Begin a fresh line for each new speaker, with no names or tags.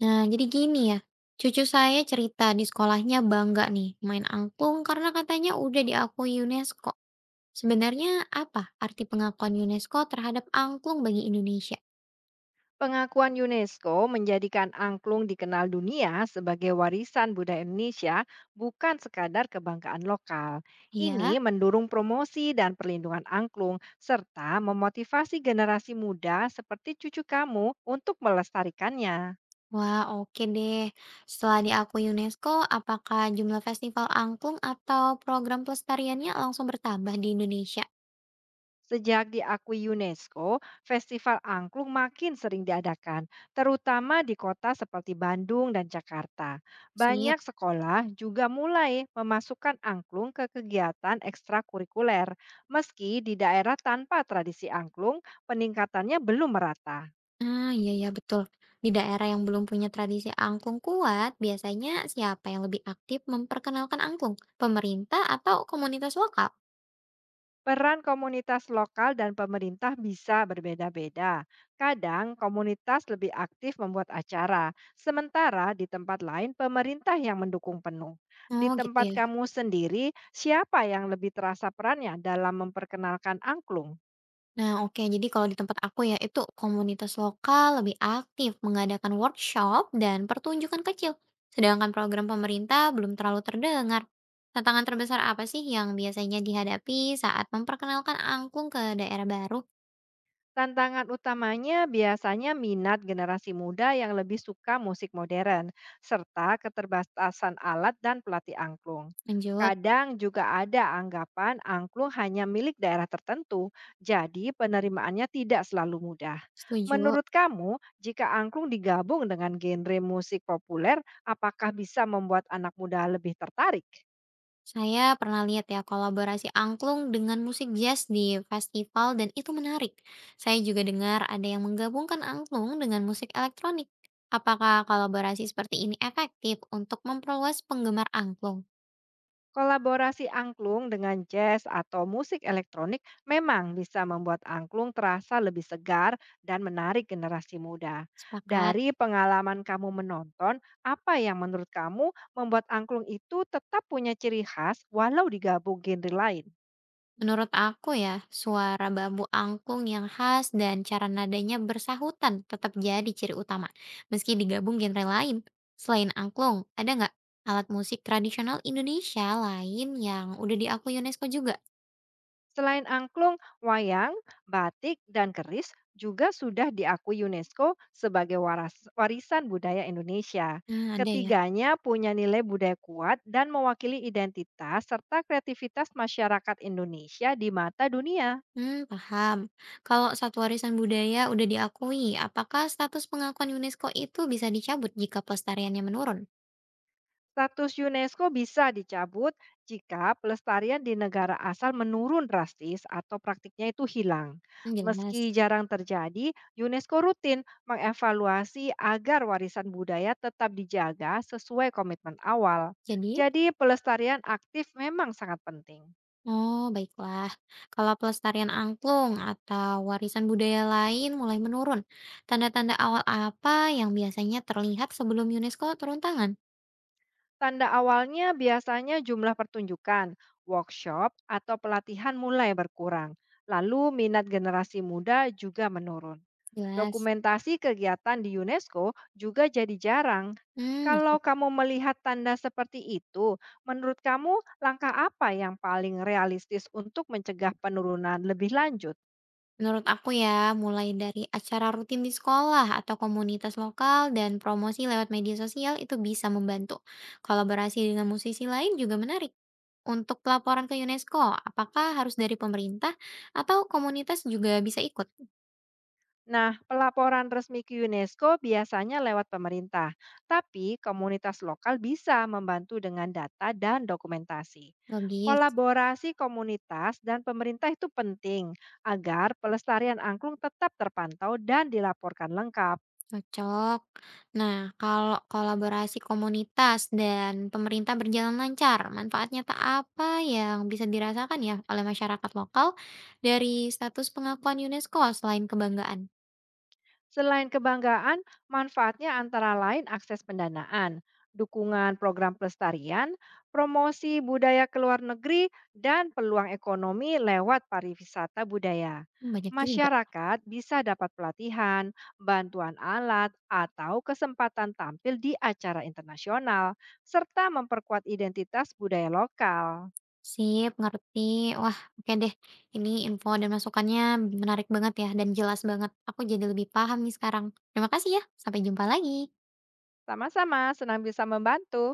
Nah, jadi gini ya, cucu saya cerita di sekolahnya bangga nih main angklung karena katanya udah diakui UNESCO. Sebenarnya apa arti pengakuan UNESCO terhadap angklung bagi Indonesia?
Pengakuan UNESCO menjadikan angklung dikenal dunia sebagai warisan budaya Indonesia, bukan sekadar kebanggaan lokal. Ini
Iya,
mendorong promosi dan perlindungan angklung, serta memotivasi generasi muda seperti cucu kamu untuk melestarikannya.
wah oke deh. Setelah diakui UNESCO, apakah jumlah festival angklung atau program pelestariannya langsung bertambah di Indonesia?
Sejak diakui UNESCO, festival angklung makin sering diadakan, terutama di kota seperti Bandung dan Jakarta.
Sip.
Banyak sekolah juga mulai memasukkan angklung ke kegiatan ekstrakurikuler, meski di daerah tanpa tradisi angklung, peningkatannya belum merata.
Ah, iya ya betul. Di daerah yang belum punya tradisi angklung kuat, biasanya siapa yang lebih aktif memperkenalkan angklung? Pemerintah atau komunitas lokal?
Peran komunitas lokal dan pemerintah bisa berbeda-beda. Kadang komunitas lebih aktif membuat acara, sementara di tempat lain pemerintah yang mendukung penuh. Di
Oh gitu
tempat
ya.
kamu sendiri, siapa yang lebih terasa perannya dalam memperkenalkan angklung?
Nah oke, jadi kalau di tempat aku ya itu komunitas lokal lebih aktif mengadakan workshop dan pertunjukan kecil. Sedangkan program pemerintah belum terlalu terdengar. Tantangan terbesar apa sih yang biasanya dihadapi saat memperkenalkan angklung ke daerah baru?
Tantangan utamanya biasanya minat generasi muda yang lebih suka musik modern, serta keterbatasan alat dan pelatih angklung.
Lanjut,
Kadang juga ada anggapan angklung hanya milik daerah tertentu, jadi penerimaannya tidak selalu mudah.
setuju.
Menurut kamu, jika angklung digabung dengan genre musik populer, apakah bisa membuat anak muda lebih tertarik?
Saya pernah lihat ya kolaborasi angklung dengan musik jazz di festival dan itu menarik. Saya juga dengar ada yang menggabungkan angklung dengan musik elektronik. Apakah kolaborasi seperti ini efektif untuk memperluas penggemar angklung?
Kolaborasi angklung dengan jazz atau musik elektronik memang bisa membuat angklung terasa lebih segar dan menarik generasi muda.
Sepakat.
Dari pengalaman kamu menonton, apa yang menurut kamu membuat angklung itu tetap punya ciri khas walau digabung genre lain?
Menurut aku ya, suara babu angklung yang khas dan cara nadanya bersahutan tetap jadi ciri utama, meski digabung genre lain. Selain angklung, ada nggak alat musik tradisional Indonesia lain yang udah diakui UNESCO juga?
Selain angklung, wayang, batik, dan keris juga sudah diakui UNESCO sebagai warisan budaya Indonesia.
Nah, ada ya.
Ketiganya punya nilai budaya kuat dan mewakili identitas serta kreativitas masyarakat Indonesia di mata dunia.
Hmm, paham. Kalau satu warisan budaya udah diakui, apakah status pengakuan UNESCO itu bisa dicabut jika pelestariannya menurun?
Status UNESCO bisa dicabut jika pelestarian di negara asal menurun drastis atau praktiknya itu hilang.
Hmm, jelas.
Meski jarang terjadi, UNESCO rutin mengevaluasi agar warisan budaya tetap dijaga sesuai komitmen awal.
Jadi,
Jadi, pelestarian aktif memang sangat penting.
oh baiklah. Kalau pelestarian angklung atau warisan budaya lain mulai menurun, tanda-tanda awal apa yang biasanya terlihat sebelum UNESCO turun tangan?
Tanda awalnya biasanya jumlah pertunjukan, workshop, atau pelatihan mulai berkurang. Lalu minat generasi muda juga menurun.
Jelas.
Dokumentasi kegiatan di UNESCO juga jadi jarang.
Hmm,
Kalau
masuk.
kamu melihat tanda seperti itu, menurut kamu langkah apa yang paling realistis untuk mencegah penurunan lebih lanjut?
Menurut aku ya, mulai dari acara rutin di sekolah atau komunitas lokal dan promosi lewat media sosial itu bisa membantu. Kolaborasi dengan musisi lain juga menarik. Untuk pelaporan ke UNESCO, apakah harus dari pemerintah atau komunitas juga bisa ikut?
Nah, pelaporan resmi ke UNESCO biasanya lewat pemerintah, tapi komunitas lokal bisa membantu dengan data dan dokumentasi.
Logis,
Kolaborasi komunitas dan pemerintah itu penting agar pelestarian angklung tetap terpantau dan dilaporkan lengkap.
cocok. Nah, kalau kolaborasi komunitas dan pemerintah berjalan lancar, manfaat nyata apa yang bisa dirasakan ya oleh masyarakat lokal dari status pengakuan UNESCO selain kebanggaan?
Selain kebanggaan, manfaatnya antara lain akses pendanaan, dukungan program pelestarian, promosi budaya ke luar negeri, dan peluang ekonomi lewat pariwisata budaya.
Mmm, banyak juga.
Masyarakat bisa dapat pelatihan, bantuan alat, atau kesempatan tampil di acara internasional, serta memperkuat identitas budaya lokal.
Sip, ngerti. Wah, oke deh. Ini info dan masukannya menarik banget ya dan jelas banget. Aku jadi lebih paham nih sekarang. Terima kasih ya, sampai jumpa lagi.
Sama-sama, senang bisa membantu.